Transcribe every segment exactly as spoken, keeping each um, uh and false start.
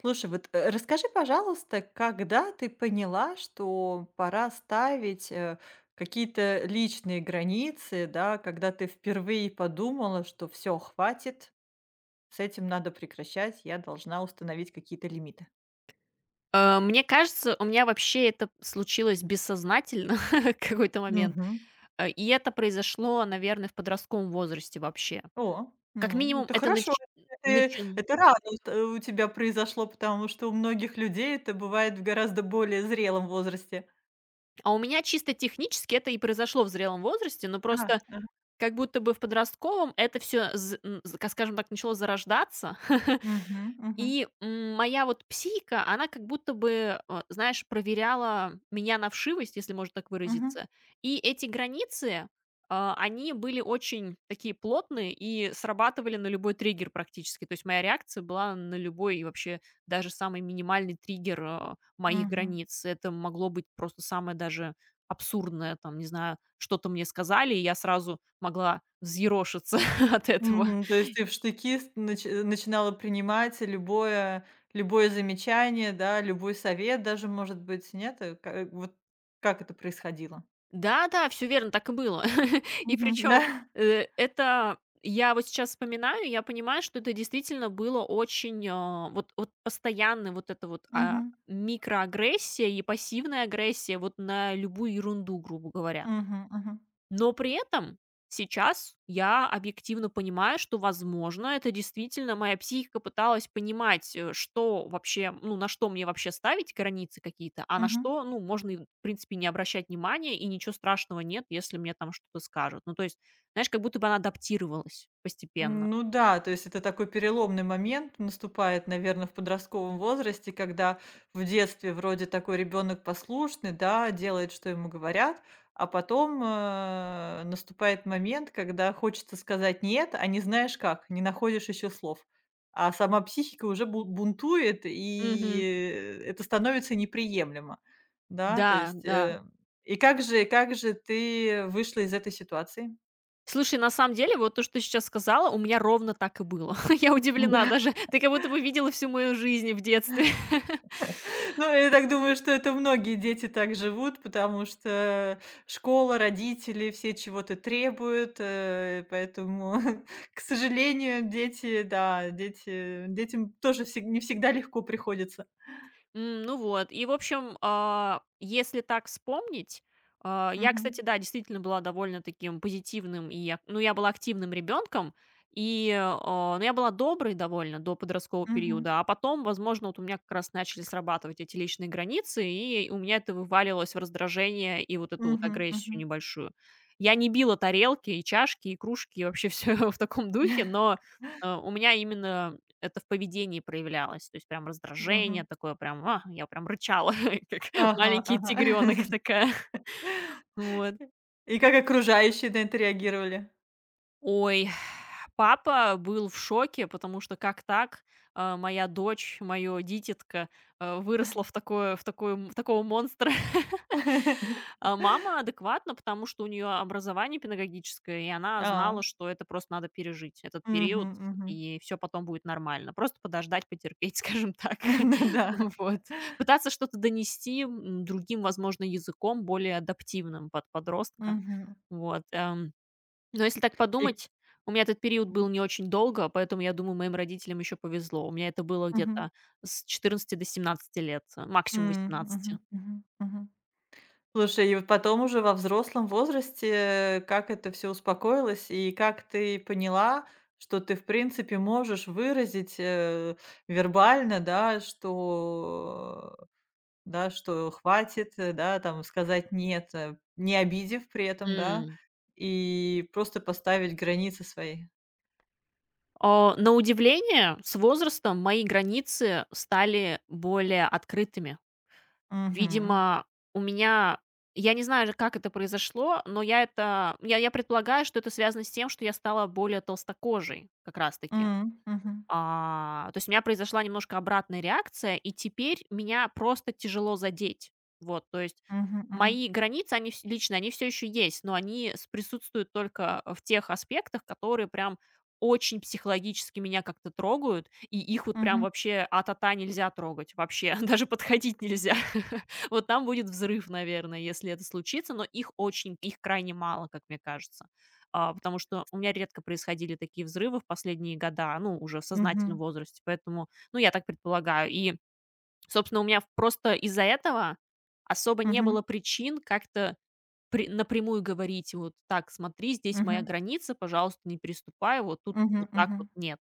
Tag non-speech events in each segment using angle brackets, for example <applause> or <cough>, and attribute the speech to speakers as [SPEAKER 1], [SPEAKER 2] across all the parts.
[SPEAKER 1] Слушай, вот э, расскажи, пожалуйста, когда ты поняла, что пора ставить э, какие-то личные границы, да, когда ты впервые подумала, что все, хватит, с этим надо прекращать, я должна установить какие-то лимиты.
[SPEAKER 2] Э, мне кажется, у меня вообще это случилось бессознательно <laughs> в какой-то момент.
[SPEAKER 1] Мгм.
[SPEAKER 2] Э, и это произошло, наверное, в подростковом возрасте вообще.
[SPEAKER 1] О,
[SPEAKER 2] Как
[SPEAKER 1] ну,
[SPEAKER 2] минимум,
[SPEAKER 1] это
[SPEAKER 2] это
[SPEAKER 1] хорошо.
[SPEAKER 2] нач
[SPEAKER 1] Это,
[SPEAKER 2] начин
[SPEAKER 1] это рано у т- у тебя произошло, потому что у многих людей это бывает в гораздо более зрелом возрасте.
[SPEAKER 2] а у меня чисто технически это и произошло в зрелом возрасте, но
[SPEAKER 1] А,
[SPEAKER 2] просто
[SPEAKER 1] ага.
[SPEAKER 2] как будто бы в подростковом это все, скажем так, начало зарождаться. <laughs>
[SPEAKER 1] Мгм, мгм,
[SPEAKER 2] И, м, моя вот психика, она как будто бы, э, знаешь, проверяла меня на вшивость, если можно так
[SPEAKER 1] мгм,
[SPEAKER 2] выразиться. И эти границы, а, они были очень такие плотные и срабатывали на любой триггер практически. То есть моя реакция была на любой и вообще, даже самый минимальный триггер, а, моих
[SPEAKER 1] мгм.
[SPEAKER 2] границ. Это могло быть просто самое даже абсурдное, там, не знаю, что-то мне сказали, и я сразу могла взъерошиться <laughs> от этого.
[SPEAKER 1] Мгм. То есть ты в штыки с нач э, начинала принимать любое любое замечание, да, любой совет даже, может быть, нет? Э, ка э, вот как это происходило?
[SPEAKER 2] Да-да, все верно, так и было. <laughs> И
[SPEAKER 1] Мгм. <laughs>
[SPEAKER 2] причем,
[SPEAKER 1] Да.
[SPEAKER 2] э, это я вот сейчас вспоминаю, я понимаю, что это действительно было очень, а, вот вот постоянная вот эта вот, а,
[SPEAKER 1] Мгм.
[SPEAKER 2] микроагрессия и пассивная агрессия вот на любую ерунду, грубо говоря.
[SPEAKER 1] Мгм. Мгм.
[SPEAKER 2] Но при этом сейчас я объективно понимаю, что, возможно, это действительно моя психика пыталась понимать, э, что вообще, ну, на что мне вообще ставить границы какие-то, а на
[SPEAKER 1] Мгм.
[SPEAKER 2] что, ну, можно, и, в принципе, не обращать внимания, и ничего страшного нет, если мне там что-то скажут. Ну, то есть, знаешь, как будто бы она адаптировалась постепенно.
[SPEAKER 1] Ну да, то есть это такой переломный момент наступает, наверное, в подростковом возрасте, когда в детстве вроде такой ребенок послушный, да, делает, что ему говорят, а потом э, наступает момент, когда хочется сказать нет, а не знаешь как, не находишь еще слов. А сама психика уже бу- бунтует,
[SPEAKER 2] Мгм.
[SPEAKER 1] и это становится неприемлемо. Да, то
[SPEAKER 2] Да,
[SPEAKER 1] есть,
[SPEAKER 2] да.
[SPEAKER 1] э, и как же, как же ты вышла из этой ситуации?
[SPEAKER 2] Слушай, на самом деле, вот то, что ты сейчас сказала, у меня ровно так и было. <laughs> Я удивлена
[SPEAKER 1] Да.
[SPEAKER 2] даже. Ты как будто бы видела всю мою жизнь в детстве. <laughs>
[SPEAKER 1] Ну, я так думаю, что это многие дети так живут, потому что школа, родители, все чего-то требуют, э, поэтому, <laughs> к сожалению, дети, да, дети, детям тоже всег- не всегда легко приходится.
[SPEAKER 2] М, ну вот. И, в общем, а, если так вспомнить, а, я, кстати,
[SPEAKER 1] Мгм.
[SPEAKER 2] да, действительно была довольно таким позитивным, и я, ну, я была активным ребенком, и, а, ну, я была доброй довольно до подросткового
[SPEAKER 1] Мгм.
[SPEAKER 2] периода, а потом, возможно, вот у меня как раз начали срабатывать эти личные границы, и у меня это вывалилось в раздражение и вот эту вот
[SPEAKER 1] Мгм. Мгм.
[SPEAKER 2] агрессию небольшую. Я не била тарелки и чашки, и кружки, и вообще все <laughs> в таком духе, но э, у меня именно это в поведении проявлялось. То есть прям раздражение
[SPEAKER 1] Мгм.
[SPEAKER 2] такое, прям, а, я прям рычала, <laughs> как
[SPEAKER 1] Ага,
[SPEAKER 2] маленький
[SPEAKER 1] ага.
[SPEAKER 2] тигренок
[SPEAKER 1] <laughs>
[SPEAKER 2] такая. <laughs> Вот.
[SPEAKER 1] И как окружающие на это реагировали?
[SPEAKER 2] Ой, <sighs> папа был в шоке, потому что как так? А, моя дочь, мое дитятко, э, выросла в такое в такое м в такого монстра. <laughs>
[SPEAKER 1] <laughs>
[SPEAKER 2] А мама адекватна, потому что у нее образование педагогическое, и она
[SPEAKER 1] А,
[SPEAKER 2] знала, что это просто надо пережить, этот
[SPEAKER 1] мгм,
[SPEAKER 2] период,
[SPEAKER 1] мгм.
[SPEAKER 2] и все потом будет нормально. Просто подождать, потерпеть, <laughs> скажем так.
[SPEAKER 1] <laughs> Ну
[SPEAKER 2] <laughs>
[SPEAKER 1] да.
[SPEAKER 2] Вот. Пытаться что-то донести, м, другим, возможно, языком, более адаптивным под подростка.
[SPEAKER 1] Мгм.
[SPEAKER 2] Вот, эм. Но если так
[SPEAKER 1] И-
[SPEAKER 2] подумать, у меня этот период
[SPEAKER 1] мгм,
[SPEAKER 2] был не очень долго, поэтому, я думаю, моим родителям еще повезло. У меня это было
[SPEAKER 1] мгм,
[SPEAKER 2] где-то с 14 до 17 лет, э, максимум восемнадцати.
[SPEAKER 1] мгм, мгм, мгм. Слушай, и вот потом уже во взрослом возрасте, э, как это все успокоилось, и как ты поняла, что ты, в принципе, можешь выразить, э, вербально, да, что, э, да, что хватит, э, да, там сказать "нет", э, не обидев при этом, да,
[SPEAKER 2] М.
[SPEAKER 1] и просто поставить границы свои.
[SPEAKER 2] А, на удивление, с возрастом мои границы стали более открытыми.
[SPEAKER 1] Мгм.
[SPEAKER 2] Видимо, у меня я не знаю же, как это произошло, но я это я я предполагаю, что это связано с тем, что я стала более толстокожей как раз таки.
[SPEAKER 1] М, мгм.
[SPEAKER 2] А, то есть у меня произошла немножко обратная реакция, и теперь меня просто тяжело задеть. Вот, то есть
[SPEAKER 1] Мгм, мгм.
[SPEAKER 2] мои границы, они вс- лично, они все еще есть, но они с- присутствуют только в тех аспектах, которые прям очень психологически меня как-то трогают, и их вот прям
[SPEAKER 1] Мгм.
[SPEAKER 2] вообще а-та-та нельзя трогать вообще, <laughs> даже подходить нельзя. <laughs> Вот там будет взрыв, наверное, если это случится, но их очень, их крайне мало, как мне кажется. А, потому что у меня редко происходили такие взрывы в последние года, ну, уже в сознательном
[SPEAKER 1] Мгм.
[SPEAKER 2] возрасте, поэтому, ну, я так предполагаю. И, собственно, у меня в просто из-за этого особо не было
[SPEAKER 1] Мгм.
[SPEAKER 2] причин как-то при- напрямую говорить, вот так, смотри, здесь моя
[SPEAKER 1] Мгм.
[SPEAKER 2] граница, пожалуйста, не переступай, вот тут вот
[SPEAKER 1] Мгм.
[SPEAKER 2] так вот
[SPEAKER 1] Мгм.
[SPEAKER 2] нет.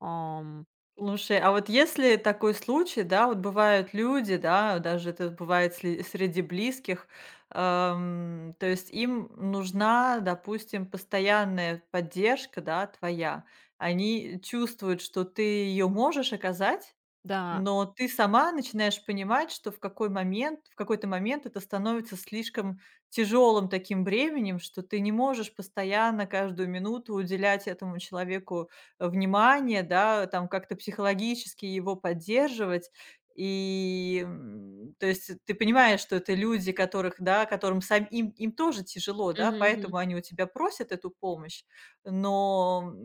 [SPEAKER 2] Ам,
[SPEAKER 1] Слушай, а вот если такой случай, да, вот бывают люди, да, даже это бывает сли- среди близких, эм, то есть им нужна, допустим, постоянная поддержка, да, твоя. Они чувствуют, что ты ее можешь оказать,
[SPEAKER 2] да.
[SPEAKER 1] но ты сама начинаешь понимать, что в какой момент в какой-то момент это становится слишком тяжелым таким бременем, что ты не можешь постоянно, каждую минуту уделять этому человеку, э, внимание, да, там как-то психологически его поддерживать. И, м, то есть э, ты понимаешь, что это люди, которых, да, которым сам им им тоже тяжело, да,
[SPEAKER 2] Мгм, мгм.
[SPEAKER 1] поэтому они у тебя просят эту помощь, но,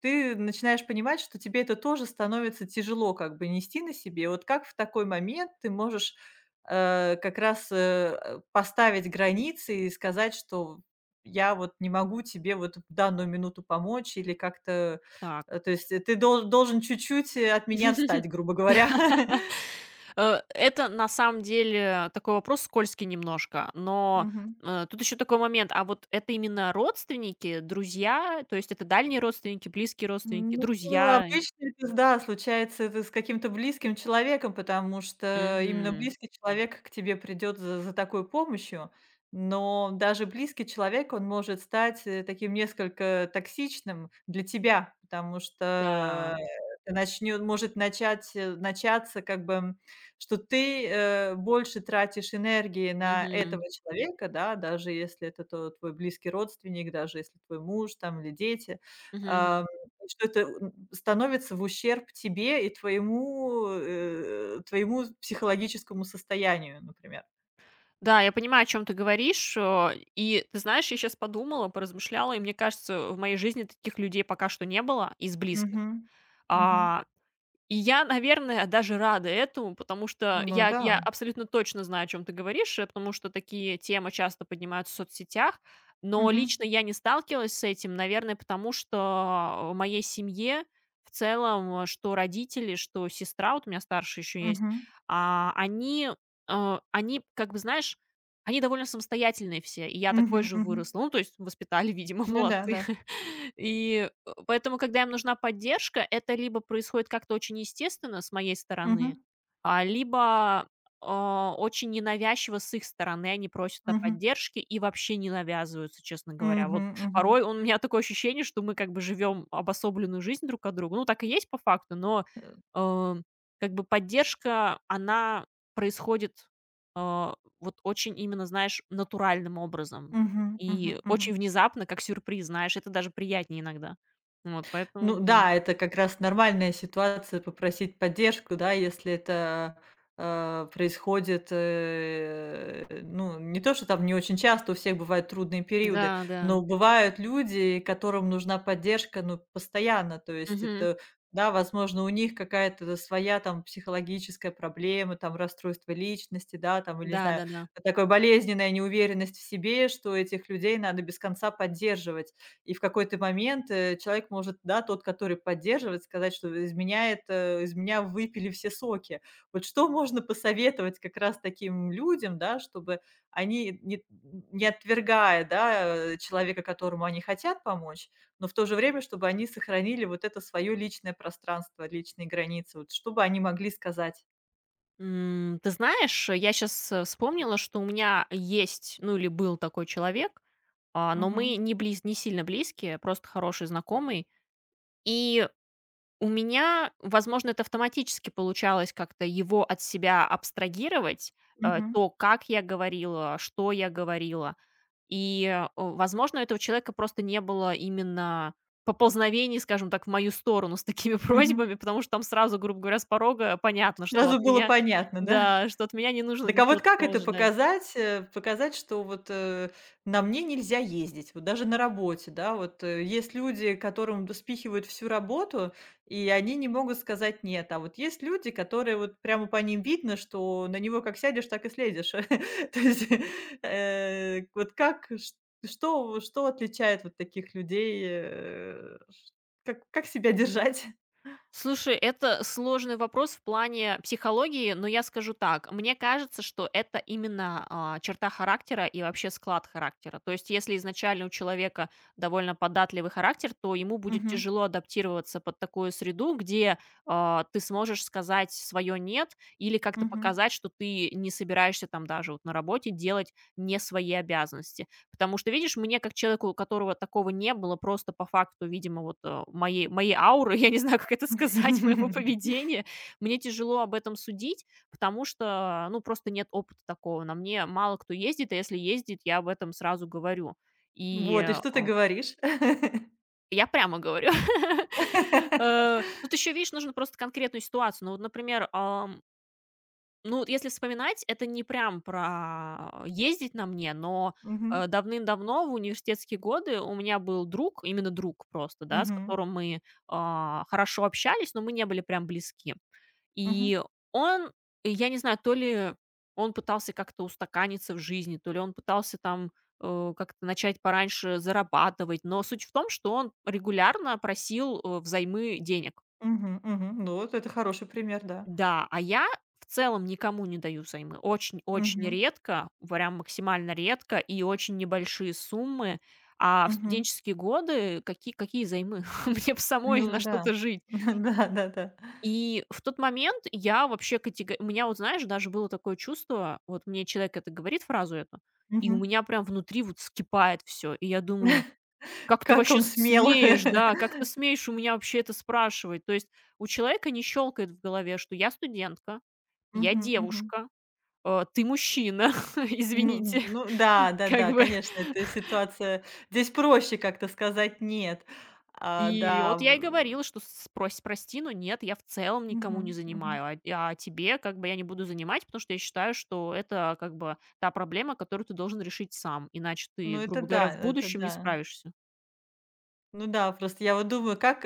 [SPEAKER 1] ты начинаешь понимать, что тебе это тоже становится тяжело как бы нести на себе. Вот как в такой момент ты можешь, э, как раз, э, поставить границы и сказать, что я вот не могу тебе вот в данную минуту помочь или как-то, э,
[SPEAKER 2] Так.
[SPEAKER 1] то есть э, ты дол должен чуть-чуть, э, от меня
[SPEAKER 2] <laughs>
[SPEAKER 1] отстать, грубо говоря.
[SPEAKER 2] <laughs>
[SPEAKER 1] <laughs>
[SPEAKER 2] Э, это на самом деле такой вопрос скользкий немножко, но,
[SPEAKER 1] Мгм.
[SPEAKER 2] э, тут еще такой момент. А вот это именно родственники, друзья? То есть это дальние родственники, близкие родственники,
[SPEAKER 1] Ну, а
[SPEAKER 2] друзья?
[SPEAKER 1] обычно это, да, случается это с каким-то близким человеком, потому что именно
[SPEAKER 2] Мгм.
[SPEAKER 1] близкий человек к тебе придет за за такой помощью. Но даже близкий человек, он может стать, э, таким несколько токсичным для тебя, потому что
[SPEAKER 2] Да.
[SPEAKER 1] начнет может начать э, начаться как бы, м, что ты, э, больше тратишь энергии на этого
[SPEAKER 2] Мгм.
[SPEAKER 1] человека, да, даже если это то твой близкий родственник, даже если твой муж там или дети.
[SPEAKER 2] Мгм,
[SPEAKER 1] А,
[SPEAKER 2] мгм.
[SPEAKER 1] что это, м, становится в ущерб тебе и твоему, э, твоему психологическому состоянию, например.
[SPEAKER 2] Да, я понимаю, о чем ты говоришь. Э, и ты знаешь, я сейчас подумала, поразмышляла, и мне кажется, в моей жизни таких людей пока что не было из близких.
[SPEAKER 1] Мгм. Мгм.
[SPEAKER 2] А, И я, наверное, даже рада этому, потому что
[SPEAKER 1] Ну
[SPEAKER 2] я
[SPEAKER 1] да.
[SPEAKER 2] я абсолютно точно знаю, о чем ты говоришь, э, потому что такие темы часто поднимаются в соцсетях. Но
[SPEAKER 1] Мгм.
[SPEAKER 2] лично я не сталкивалась с этим, наверное, потому что в моей семье в целом, э, что родители, что сестра, вот у меня старшая еще есть,
[SPEAKER 1] Мгм.
[SPEAKER 2] а, они, э, они, как бы, знаешь, они довольно самостоятельные все, и я такой
[SPEAKER 1] Мгм.
[SPEAKER 2] же
[SPEAKER 1] Мгм.
[SPEAKER 2] выросла. Ну, то есть воспитали, видимо, <laughs>
[SPEAKER 1] Ну да,
[SPEAKER 2] молодцы.
[SPEAKER 1] да.
[SPEAKER 2] <laughs> И поэтому, когда им нужна поддержка, это либо происходит как-то очень естественно с моей стороны,
[SPEAKER 1] Мгм.
[SPEAKER 2] а, либо, а, очень ненавязчиво с их стороны. Они просят о
[SPEAKER 1] Мгм.
[SPEAKER 2] поддержке и вообще не навязываются, честно говоря. Вот
[SPEAKER 1] Мгм. Мгм.
[SPEAKER 2] порой у меня такое ощущение, что мы как бы живем обособленную жизнь друг от друга. Ну, так и есть по факту, но,
[SPEAKER 1] Э.
[SPEAKER 2] э, как бы поддержка, она происходит, а, вот очень именно, знаешь, натуральным образом
[SPEAKER 1] Мгм. Мгм.
[SPEAKER 2] и
[SPEAKER 1] Мгм.
[SPEAKER 2] очень внезапно, как сюрприз, знаешь, это даже приятнее иногда. Вот
[SPEAKER 1] Ну
[SPEAKER 2] поэтому, да.
[SPEAKER 1] да, это как раз нормальная ситуация попросить поддержку, да, если это, э, происходит, э, ну, не то, что там не очень часто, у всех бывают трудные периоды,
[SPEAKER 2] Да, да.
[SPEAKER 1] но бывают люди, которым нужна поддержка, ну, постоянно. То есть
[SPEAKER 2] Мгм.
[SPEAKER 1] это, да, возможно, у них какая-то да, своя там психологическая проблема, там расстройство личности, да, там, или, не знаю,
[SPEAKER 2] Да-да-да.
[SPEAKER 1] такая болезненная неуверенность в себе, что этих людей надо без конца поддерживать. И в какой-то момент, э, человек может, да, тот, который поддерживает, сказать, что из меня это из меня выпили все соки. Вот что можно посоветовать как раз таким людям, да, чтобы они, не не отвергая, да, э, человека, которому они хотят помочь, но в то же время, чтобы они сохранили вот это свое личное пространство, личные границы, вот что они могли сказать?
[SPEAKER 2] М, ты знаешь, я сейчас вспомнила, что у меня есть, ну, или был такой человек, а, но мы
[SPEAKER 1] Мгм.
[SPEAKER 2] не близ не сильно близкие, просто хороший знакомый. И У меня, возможно, это автоматически получалось как-то его от себя абстрагировать, э,
[SPEAKER 1] Мгм.
[SPEAKER 2] то, как я говорила, что я говорила. И, э, возможно, у этого человека просто не было именно поползновений, скажем так, в мою сторону с такими <laughs>
[SPEAKER 1] Мгм.
[SPEAKER 2] просьбами, потому что там сразу, грубо говоря, с порога понятно, что
[SPEAKER 1] Сразу
[SPEAKER 2] от
[SPEAKER 1] было
[SPEAKER 2] меня
[SPEAKER 1] понятно, да?
[SPEAKER 2] да, что от меня не нужно
[SPEAKER 1] Так а
[SPEAKER 2] ничего
[SPEAKER 1] вот как
[SPEAKER 2] такого
[SPEAKER 1] это
[SPEAKER 2] ждать.
[SPEAKER 1] показать, э, показать, что вот, э, на мне нельзя ездить, вот даже на работе, да? Вот, э, есть люди, которым д спихивают всю работу, и они не могут сказать "нет", а вот есть люди, которые вот прямо по ним видно, что на него как сядешь, так и следишь. <laughs> То есть, э, вот как, ш что что отличает вот таких людей, э, ш как как себя держать?
[SPEAKER 2] Слушай, это сложный вопрос в плане психологии, но я скажу так. Мне кажется, что это именно а, черта характера и вообще склад характера. То есть, если изначально у человека довольно податливый характер, то ему будет
[SPEAKER 1] Мгм,
[SPEAKER 2] тяжело адаптироваться под такую среду, где а, ты сможешь сказать свое нет или как-то
[SPEAKER 1] мгм.
[SPEAKER 2] показать, что ты не собираешься там даже вот на работе делать не свои обязанности. Потому что, видишь, мне как человеку, у которого такого не было, просто по факту, видимо, вот, э, моей моей ауры, <laughs> я не знаю, как это сказать, <laughs> моего
[SPEAKER 1] <laughs>
[SPEAKER 2] поведения, мне тяжело об этом судить, потому что, ну, просто нет опыта такого. На мне мало кто ездит, а если ездит, я об этом сразу говорю. И,
[SPEAKER 1] Вот, и
[SPEAKER 2] э,
[SPEAKER 1] что ты
[SPEAKER 2] о,
[SPEAKER 1] говоришь?
[SPEAKER 2] я прямо говорю. <laughs>
[SPEAKER 1] <laughs>
[SPEAKER 2] Э, тут еще, видишь, нужно просто конкретную ситуацию. Ну вот, например, ам, ну, вот если вспоминать, это не прям про ездить на мне, но,
[SPEAKER 1] Мгм.
[SPEAKER 2] э, давным-давно, в университетские годы, у меня был друг, именно друг просто, да, с
[SPEAKER 1] Мгм.
[SPEAKER 2] которым мы, а, хорошо общались, но мы не были прям близки.
[SPEAKER 1] Мгм.
[SPEAKER 2] И он, и я не знаю, то ли он пытался как-то устаканиться в жизни, то ли он пытался там, э, как-то начать пораньше зарабатывать, но суть в том, что он регулярно просил, э, взаймы денег.
[SPEAKER 1] Мгм. Мгм. Ну, вот это хороший пример, да.
[SPEAKER 2] Да, а я в целом никому не даю займы. Очень-очень
[SPEAKER 1] Мгм.
[SPEAKER 2] редко, прям максимально редко и очень небольшие суммы. А в
[SPEAKER 1] Мгм.
[SPEAKER 2] студенческие годы какие, какие займы? <laughs> Мне бы самой
[SPEAKER 1] Ну
[SPEAKER 2] на что-то
[SPEAKER 1] да.
[SPEAKER 2] жить.
[SPEAKER 1] <laughs> Да, да-да.
[SPEAKER 2] И в тот момент я вообще категорически... У меня вот, знаешь, даже было такое чувство, вот мне человек это говорит, фразу эту, и у
[SPEAKER 1] Мгм.
[SPEAKER 2] меня прям внутри вот скипает все. И я думаю, как ты
[SPEAKER 1] Как
[SPEAKER 2] вообще
[SPEAKER 1] он смел! <laughs>
[SPEAKER 2] смеешь, да, как ты смеешь у меня вообще это спрашивать? То есть у человека не щелкает в голове, что я студентка, я
[SPEAKER 1] Мгм. Мгм.
[SPEAKER 2] девушка, э, ты мужчина, <laughs>
[SPEAKER 1] Ну
[SPEAKER 2] извините,
[SPEAKER 1] ну
[SPEAKER 2] <laughs>
[SPEAKER 1] да,
[SPEAKER 2] как
[SPEAKER 1] да-да,
[SPEAKER 2] бы.
[SPEAKER 1] конечно, эта ситуация здесь проще как-то сказать "нет". А,
[SPEAKER 2] И
[SPEAKER 1] да,
[SPEAKER 2] вот я и
[SPEAKER 1] в
[SPEAKER 2] говорила, что с прости, но нет, я в целом никому
[SPEAKER 1] мгм,
[SPEAKER 2] не
[SPEAKER 1] мгм.
[SPEAKER 2] занимаю, а а тебе как бы я не буду занимать, потому что я считаю, что это как бы та проблема, которую ты должен решить сам, иначе
[SPEAKER 1] Ну
[SPEAKER 2] ты,
[SPEAKER 1] это
[SPEAKER 2] грубо говоря,
[SPEAKER 1] да,
[SPEAKER 2] в
[SPEAKER 1] это
[SPEAKER 2] будущем не
[SPEAKER 1] да.
[SPEAKER 2] справишься.
[SPEAKER 1] Ну да, просто я вот думаю, как,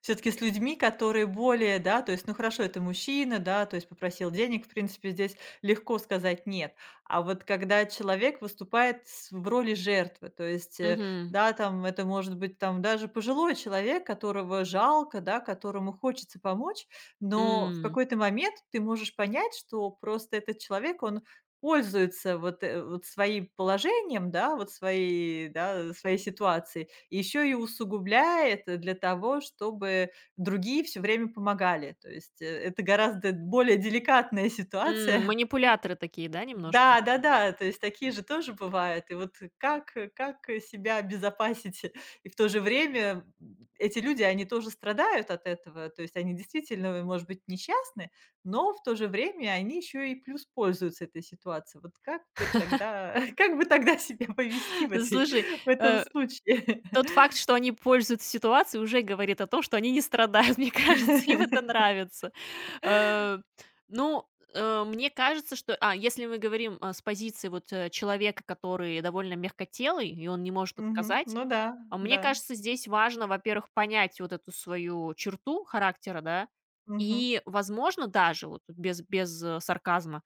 [SPEAKER 1] все таки с людьми, которые более, да, то есть, ну хорошо, это мужчина, да, то есть попросил денег, в принципе, здесь легко сказать "нет". А вот когда человек выступает с в роли жертвы, то есть, э,
[SPEAKER 2] Мгм.
[SPEAKER 1] да, там это может быть там даже пожилой человек, которого жалко, да, которому хочется помочь, но в
[SPEAKER 2] М,
[SPEAKER 1] какой-то момент ты можешь понять, что просто этот человек, он пользуется вот, э, вот своим положением, да, вот своей, да, своей ситуацией еще и усугубляет э, для того, чтобы другие все время помогали. То есть, э, это гораздо более деликатная
[SPEAKER 2] м,
[SPEAKER 1] ситуация. <laughs>
[SPEAKER 2] манипуляторы такие, да, немножко?
[SPEAKER 1] Да, да-да, то есть такие же тоже бывают. И вот как э, как э, себя обезопасить? <laughs> И в то же время, м, эти люди, они тоже страдают от этого. То есть они действительно, может быть, несчастны, но в то же время они еще и плюс пользуются этой ситуацией. Вот как бы тогда <laughs> как бы тогда себя повести в
[SPEAKER 2] <laughs>
[SPEAKER 1] этой
[SPEAKER 2] Слушай,
[SPEAKER 1] <laughs> в этом
[SPEAKER 2] э
[SPEAKER 1] случае?
[SPEAKER 2] тот факт,
[SPEAKER 1] <laughs>
[SPEAKER 2] что они пользуются ситуацией, уже говорит о том, что они не страдают, <laughs> мне кажется, им это
[SPEAKER 1] <laughs>
[SPEAKER 2] нравится. Э, ну, э, мне кажется, что а, если мы говорим, а, с позиции вот, э, человека, который довольно мягкотелый, и он не может
[SPEAKER 1] Мгм.
[SPEAKER 2] отказать,
[SPEAKER 1] Ну да,
[SPEAKER 2] а мне
[SPEAKER 1] да.
[SPEAKER 2] кажется, здесь важно, во-первых, понять вот эту свою черту характера, да,
[SPEAKER 1] Мгм.
[SPEAKER 2] и, возможно, даже вот без, без э, сарказма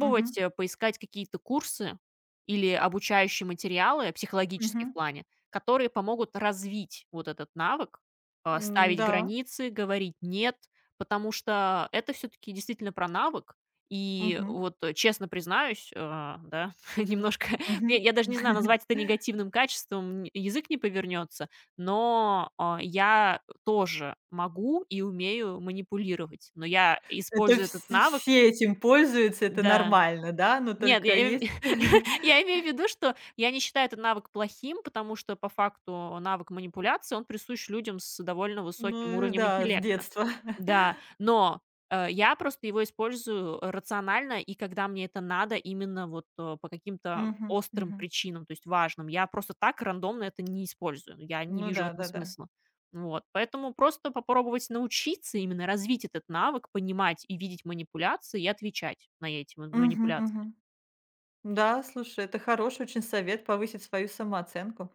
[SPEAKER 1] Мгм.
[SPEAKER 2] э, поискать какие-то курсы или обучающие материалы психологические
[SPEAKER 1] Мгм.
[SPEAKER 2] в плане, которые помогут развить вот этот навык, э, ставить
[SPEAKER 1] М-да.
[SPEAKER 2] границы, говорить нет, потому что это все-таки действительно про навык. И
[SPEAKER 1] Мгм.
[SPEAKER 2] вот э, честно признаюсь, э, да, <laughs> немножко я
[SPEAKER 1] Мгм.
[SPEAKER 2] я даже не знаю, назвать это
[SPEAKER 1] <laughs>
[SPEAKER 2] негативным качеством, н язык не повернется, но, а, я тоже могу и умею манипулировать, но я
[SPEAKER 1] Это
[SPEAKER 2] использую этот
[SPEAKER 1] вс
[SPEAKER 2] навык
[SPEAKER 1] все этим пользуются, это
[SPEAKER 2] Да.
[SPEAKER 1] нормально, да? Но
[SPEAKER 2] Нет, я
[SPEAKER 1] только
[SPEAKER 2] им
[SPEAKER 1] есть
[SPEAKER 2] <laughs> я
[SPEAKER 1] <laughs>
[SPEAKER 2] имею в виду, что я не считаю этот навык плохим, потому что по факту навык манипуляции, он присущ людям с довольно высоким
[SPEAKER 1] ну э,
[SPEAKER 2] уровнем
[SPEAKER 1] да, с
[SPEAKER 2] интеллекта.
[SPEAKER 1] детства. <laughs>
[SPEAKER 2] Да, но, э, я просто его использую э, рационально и когда мне это надо именно вот, э, по каким-то
[SPEAKER 1] Мгм.
[SPEAKER 2] острым
[SPEAKER 1] Мгм.
[SPEAKER 2] причинам, то есть важным. Я просто так рандомно это не использую. Я не
[SPEAKER 1] Ну
[SPEAKER 2] вижу в
[SPEAKER 1] да,
[SPEAKER 2] этом
[SPEAKER 1] да-да.
[SPEAKER 2] смысла. Вот, поэтому просто попробовать научиться именно развить этот навык, понимать и видеть манипуляции и отвечать на эти ма
[SPEAKER 1] Мгм.
[SPEAKER 2] манипуляции.
[SPEAKER 1] Мгм. Да, слушай, это хороший очень совет повысить свою самооценку.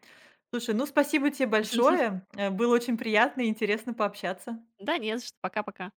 [SPEAKER 1] Слушай, ну спасибо тебе
[SPEAKER 2] <laughs>
[SPEAKER 1] большое. Э, было очень приятно и интересно пообщаться.
[SPEAKER 2] Да не за что. Пока-пока.